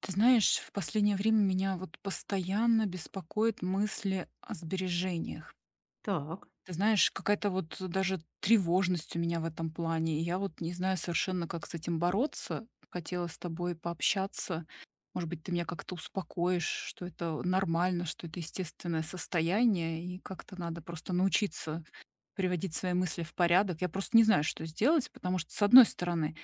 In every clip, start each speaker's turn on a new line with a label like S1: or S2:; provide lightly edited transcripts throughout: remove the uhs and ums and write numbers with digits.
S1: Ты знаешь, в последнее время меня вот постоянно беспокоят мысли о сбережениях.
S2: Так,
S1: Ты знаешь, какая-то вот даже тревожность у меня в этом плане. И я вот не знаю совершенно, как с этим бороться. Хотела с тобой пообщаться. Может быть, ты меня как-то успокоишь, что это нормально, что это естественное состояние, и как-то надо просто научиться приводить свои мысли в порядок. Я просто не знаю, что сделать, потому что, с одной стороны,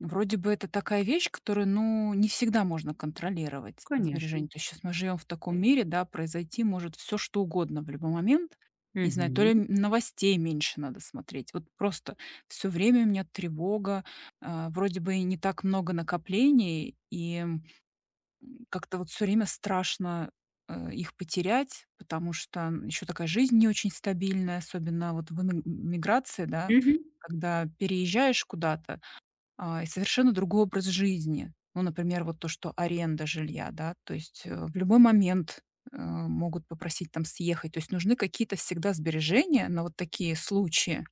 S1: вроде бы это такая вещь, которую, ну, не всегда можно контролировать,
S2: конечно.
S1: сбережения. То есть сейчас мы живем в таком мире, да, произойти может все что угодно в любой момент. Не знаю, то ли
S2: Мгм.
S1: новостей меньше надо смотреть. Вот просто все время у меня тревога, вроде бы и не так много накоплений, и как-то вот все время страшно, их потерять, потому что еще такая жизнь не очень стабильная, особенно вот в эмигр миграции, да,
S2: Мгм.
S1: когда переезжаешь куда-то, и совершенно другой образ жизни. Ну, например, вот то, что аренда жилья, да, то есть в любой момент могут попросить там съехать. То есть нужны какие-то всегда сбережения на вот такие случаи.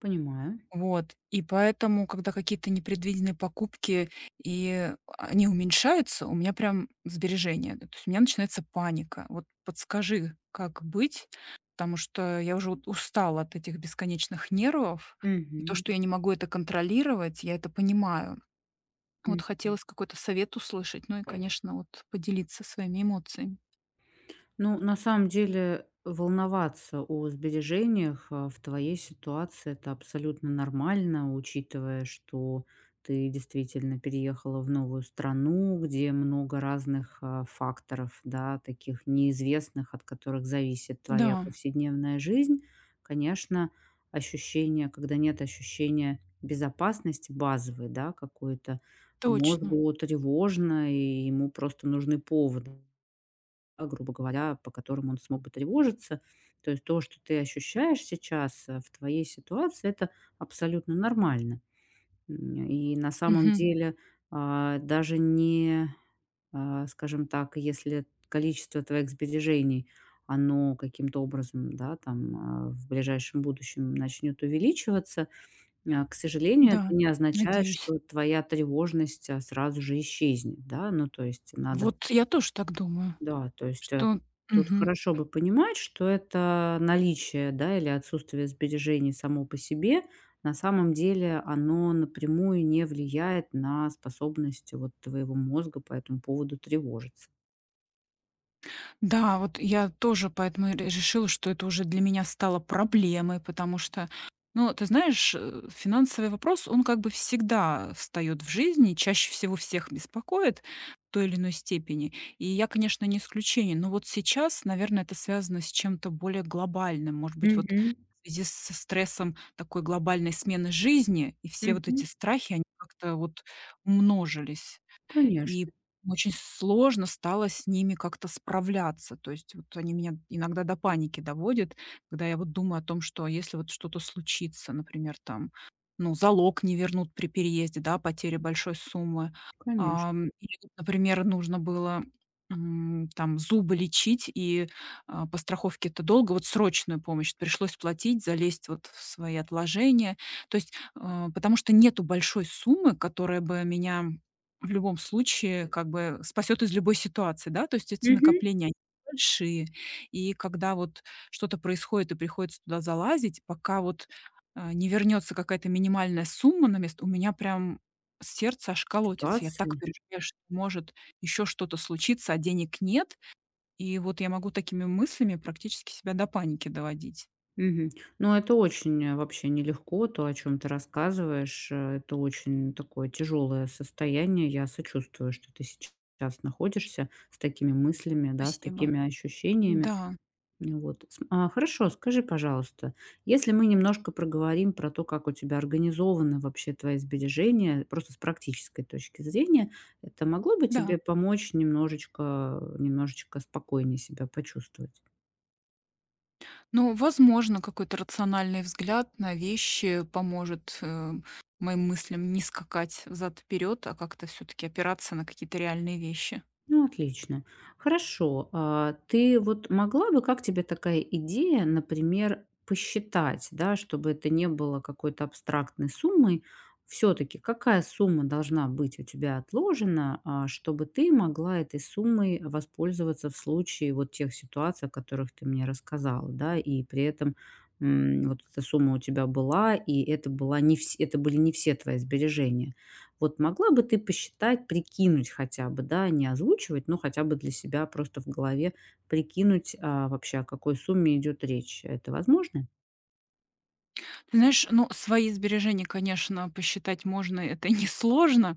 S2: Понимаю.
S1: Вот. И поэтому, когда какие-то непредвиденные покупки, и они уменьшаются, у меня прям сбережения. Да, то есть у меня начинается паника. Вот подскажи, как быть, потому что я уже вот устала от этих бесконечных нервов. И то,
S2: Мгм.
S1: что я не могу это контролировать, я это понимаю. Вот
S2: Мгм.
S1: хотелось какой-то совет услышать, ну и, конечно, вот поделиться своими эмоциями.
S2: Ну, на самом деле, волноваться о сбережениях в твоей ситуации это абсолютно нормально, учитывая, что ты действительно переехала в новую страну, где много разных факторов, да, таких неизвестных, от которых зависит твоя
S1: Да,
S2: повседневная жизнь. Конечно, ощущение, когда нет ощущения безопасности базовой, да, какой-то
S1: точно.
S2: мозгу тревожно, и ему просто нужны поводы, грубо говоря, по которым он смог бы тревожиться. То есть то, что ты ощущаешь сейчас, в твоей ситуации, это абсолютно нормально. И на самом
S1: Мгм.
S2: деле, а, даже не, а, скажем так, если количество твоих сбережений, оно каким-то образом, да, там, в ближайшем будущем начнет увеличиваться, к сожалению,
S1: Да,
S2: это не означает,
S1: надеюсь.
S2: что твоя тревожность, сразу же исчезнет, да. Ну, то есть надо,
S1: Вот я тоже так думаю,
S2: да, то есть,
S1: что.
S2: тут
S1: Мгм.
S2: хорошо бы понимать, что это наличие, да, или отсутствие сбережений само по себе, на самом деле оно напрямую не влияет на способность вот твоего мозга по этому поводу тревожиться.
S1: Да, вот я тоже поэтому и решила, что это уже для меня стало проблемой, потому что, ну, ты знаешь, финансовый вопрос, он как бы всегда встает в жизни, чаще всего всех беспокоит в той или иной степени. И я, конечно, не исключение, но вот сейчас, наверное, это связано с чем-то более глобальным. Может быть, вот
S2: Мгм.
S1: в связи со стрессом такой глобальной смены жизни, и все вот эти
S2: Мгм.
S1: страхи, они как-то вот умножились.
S2: Конечно,
S1: И очень сложно стало с ними как-то справляться. То есть вот они меня иногда до паники доводят, когда я вот думаю о том, что а если вот что-то случится, например, там, ну, залог не вернут при переезде, да, потеря большой суммы.
S2: конечно.
S1: Или, вот, например, нужно было, там зубы лечить, и, по страховке это долго, вот срочную помощь пришлось платить, залезть вот в свои отложения. То есть, потому что нету большой суммы, которая бы меня в любом случае, как бы спасет из любой ситуации, да, то есть эти
S2: Мгм.
S1: накопления они большие. И когда вот что-то происходит и приходится туда залазить, пока вот, не вернется какая-то минимальная сумма на место, у меня прям сердце аж колотится. Я так
S2: Ситуации.
S1: переживаю, что может еще что-то случиться, а денег нет. И вот я могу такими мыслями практически себя до паники доводить.
S2: Мгм. Ну, это очень, вообще нелегко, то, о чем ты рассказываешь. Э, это очень такое тяжелое состояние. Я сочувствую, что ты сейчас находишься с такими мыслями, да, с
S1: Спасибо.
S2: такими ощущениями.
S1: Да,
S2: Ну вот. Хорошо, скажи, пожалуйста, если мы немножко проговорим про то, как у тебя организованы вообще твои сбережения, просто с практической точки зрения, это могло бы
S1: да.
S2: тебе помочь немножечко спокойнее себя почувствовать?
S1: Ну, возможно, какой-то рациональный взгляд на вещи поможет, моим мыслям не скакать взад-вперед, а как-то все-таки опираться на какие-то реальные вещи.
S2: Ну, отлично. Хорошо. А, ты вот могла бы, как тебе такая идея, например, посчитать, да, чтобы это не было какой-то абстрактной суммой. Все-таки какая сумма должна быть у тебя отложена, чтобы ты могла этой суммой воспользоваться в случае вот тех ситуаций, о которых ты мне рассказала, да, и при этом вот эта сумма у тебя была, и это была не вс- это были не все твои сбережения. Вот могла бы ты посчитать, прикинуть хотя бы, да, не озвучивать, но хотя бы для себя просто в голове прикинуть, вообще, о какой сумме идет речь. Это возможно?
S1: Ты знаешь, ну, свои сбережения, конечно, посчитать можно, это несложно.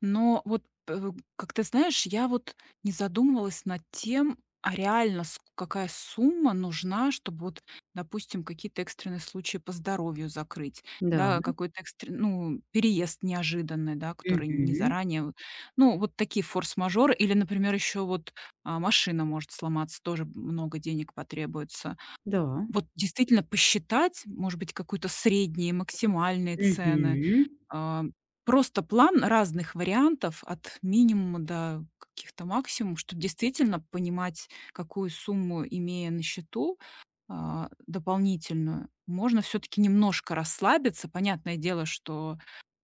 S1: Но вот, как ты знаешь, я вот не задумывалась над тем, а реально ск какая сумма нужна, чтобы вот, допустим, какие-то экстренные случаи по здоровью закрыть,
S2: Да.
S1: да, какой-то экстрен ну, переезд неожиданный, да, который не
S2: Мгм.
S1: заранее. Ну, вот такие форс-мажоры или, например, еще вот, машина может сломаться, тоже много денег потребуется.
S2: Да.
S1: Вот действительно посчитать, может быть, какую-то средние, максимальные цены.
S2: Мгм.
S1: А, просто план разных вариантов от минимума до каких-то максимум, чтобы действительно понимать, какую сумму, имея на счету, дополнительную, можно все таки немножко расслабиться. Понятное дело, что,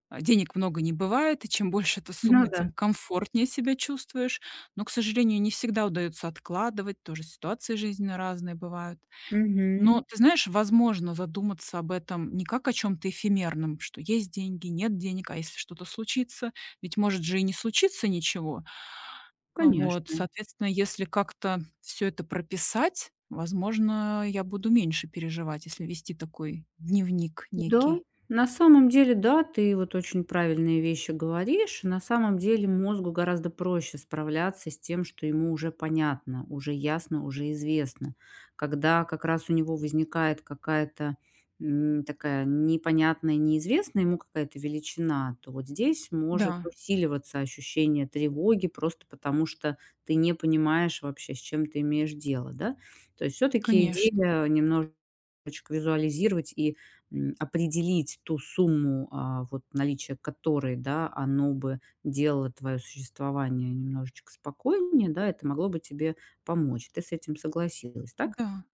S1: денег много не бывает, и чем больше эта
S2: Ну
S1: сумма,
S2: да.
S1: тем комфортнее себя чувствуешь. Но, к сожалению, не всегда удается откладывать, тоже ситуации жизненно разные бывают.
S2: Мгм.
S1: Но ты знаешь, возможно задуматься об этом не как о чем то эфемерном, что есть деньги, нет денег, а если что-то случится, ведь может же и не случиться ничего. Вот,
S2: Конечно.
S1: соответственно, если как-то все это прописать, возможно, я буду меньше переживать, если вести такой дневник
S2: Да,
S1: некий.
S2: на самом деле, да, ты вот очень правильные вещи говоришь. На самом деле мозгу гораздо проще справляться с тем, что ему уже понятно, уже ясно, уже известно. Когда как раз у него возникает какая-то такая непонятная, неизвестная ему какая-то величина, то вот здесь может
S1: Да,
S2: усиливаться ощущение тревоги просто потому, что ты не понимаешь вообще, с чем ты имеешь дело, да? То есть все-таки
S1: конечно.
S2: идея немножечко визуализировать и определить ту сумму, вот наличие которой, да, оно бы делало твое существование немножечко спокойнее, да, это могло бы тебе помочь. Ты с этим согласилась, так?
S1: Да,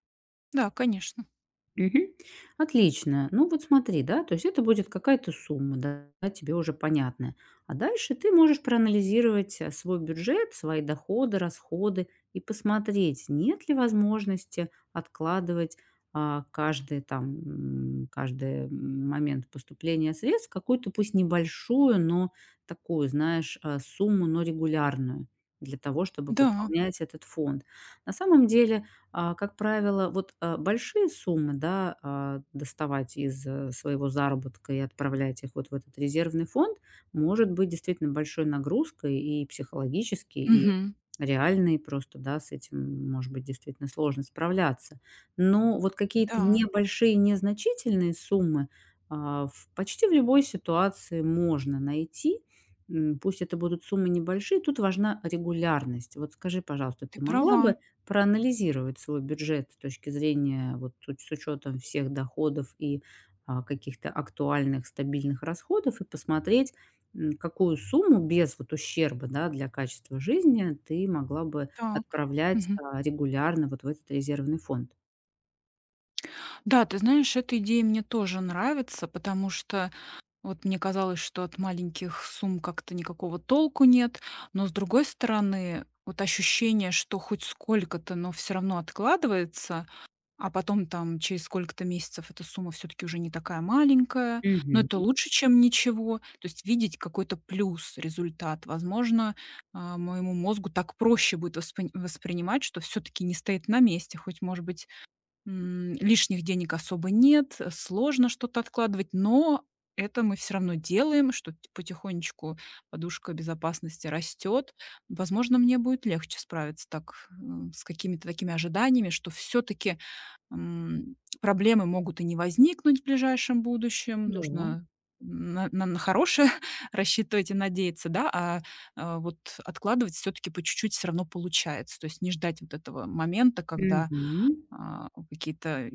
S1: да, конечно.
S2: Мгм. Отлично. Ну вот смотри, да, то есть это будет какая-то сумма, да, тебе уже понятная. А дальше ты можешь проанализировать свой бюджет, свои доходы, расходы и посмотреть, нет ли возможности откладывать а, каждый там, каждый момент поступления средств какую-то, пусть небольшую, но такую, знаешь, сумму, но регулярную, для того чтобы
S1: Да,
S2: пополнять этот фонд. На самом деле, как правило, большие суммы, да, доставать из, своего заработка и отправлять их вот в этот резервный фонд может быть действительно большой нагрузкой и психологически, и
S1: мгм,
S2: реальной просто, да, с этим может быть действительно сложно справляться. Но вот какие-то
S1: да,
S2: небольшие, незначительные суммы, в почти в любой ситуации можно найти. М, пусть это будут суммы небольшие, тут важна регулярность. Вот скажи, пожалуйста,
S1: ты
S2: ты могла
S1: права.
S2: бы проанализировать свой бюджет с точки зрения, вот тут с учетом всех доходов и каких-то актуальных стабильных расходов, и посмотреть, какую сумму без вот ущерба, да, для качества жизни ты могла бы
S1: Так.
S2: отправлять
S1: Мгм.
S2: регулярно вот в этот резервный фонд.
S1: Да, ты знаешь, эта идея мне тоже нравится, потому что вот мне казалось, что от маленьких сумм как-то никакого толку нет, но, с другой стороны, вот ощущение, что хоть сколько-то, но все равно откладывается, а потом там через сколько-то месяцев эта сумма все таки уже не такая маленькая, но
S2: Мгм.
S1: это лучше, чем ничего. То есть видеть какой-то плюс, результат. Возможно, моему мозгу так проще будет воспринимать, что все таки не стоит на месте, хоть, может быть, лишних денег особо нет, сложно что-то откладывать, но это мы все равно делаем, что т потихонечку подушка безопасности растет. Возможно, мне будет легче справиться так, с какими-то такими ожиданиями, что все таки проблемы могут и не возникнуть в ближайшем будущем.
S2: Да.
S1: Нужно на хорошее рассчитывать и надеяться, да, вот откладывать все таки по чуть-чуть все равно получается. То есть не ждать вот этого момента, когда
S2: Мгм.
S1: какие-то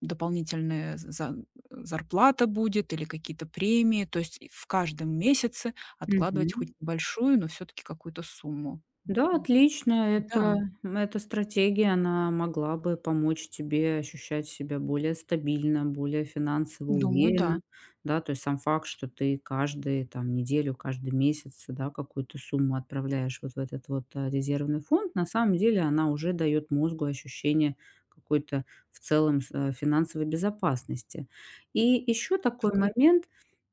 S1: дополнительные за зарплата будет или какие-то премии. То есть и в каждом месяце откладывать хоть
S2: Мгм.
S1: небольшую, но все-таки какую-то сумму.
S2: Да,
S1: М,
S2: отлично.
S1: да,
S2: Эта стратегия, она могла бы помочь тебе ощущать себя более стабильно, более финансово
S1: думаю,
S2: уверенно.
S1: да.
S2: Да, то есть сам факт, что ты каждый там неделю, каждый месяц, да, какую-то сумму отправляешь вот в этот вот, резервный фонд, на самом деле она уже дает мозгу ощущение какой-то в целом финансовой безопасности. И еще такой
S1: Так и
S2: момент.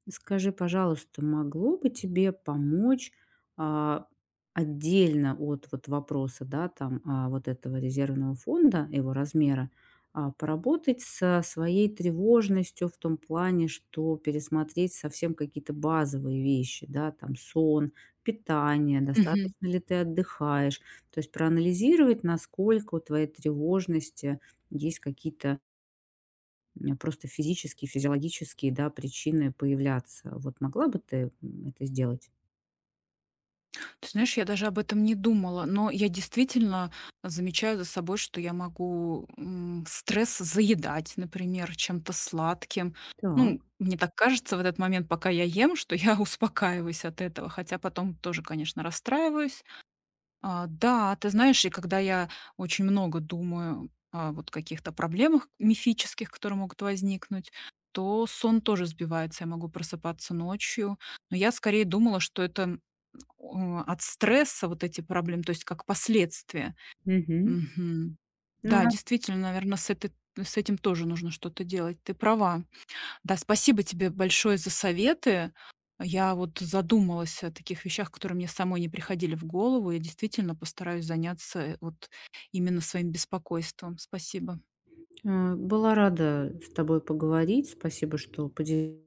S2: Скажи, пожалуйста, могло бы тебе помочь, а, отдельно от вот вопроса, да, там, вот этого резервного фонда, его размера, поработать со своей тревожностью в том плане, что пересмотреть совсем какие-то базовые вещи, да, там сон, питание,
S1: мгм.
S2: достаточно ли ты отдыхаешь. То есть проанализировать, насколько у твоей тревожности есть какие-то просто физические, физиологические, да, причины появляться. Вот могла бы ты, это сделать?
S1: Ты знаешь, я даже об этом не думала, но я действительно замечаю за собой, что я могу, стресс заедать, например, чем-то сладким.
S2: Так.
S1: Ну, мне так кажется в этот момент, пока я ем, что я успокаиваюсь от этого, хотя потом тоже, конечно, расстраиваюсь. Да, ты знаешь, и когда я очень много думаю о вот каких-то проблемах мифических, которые могут возникнуть, то сон тоже сбивается. Я могу просыпаться ночью. Но я скорее думала, что это от стресса вот эти проблемы, то есть как последствия.
S2: Мгм.
S1: Мгм.
S2: Ну,
S1: Да,
S2: на
S1: действительно, наверное, с этой с этим тоже нужно что-то делать. Ты права. Да, спасибо тебе большое за советы. Я вот задумалась о таких вещах, которые мне самой не приходили в голову. Я действительно постараюсь заняться вот именно своим беспокойством. Спасибо.
S2: была рада с тобой поговорить. Спасибо, что поделилась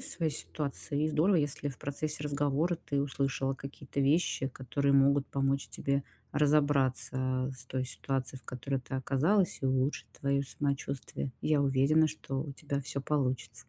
S2: своей ситуацией. И здорово, если в процессе разговора ты услышала какие-то вещи, которые могут помочь тебе разобраться с той ситуацией, в которой ты оказалась, и улучшить твое самочувствие. Я уверена, что у тебя всё получится.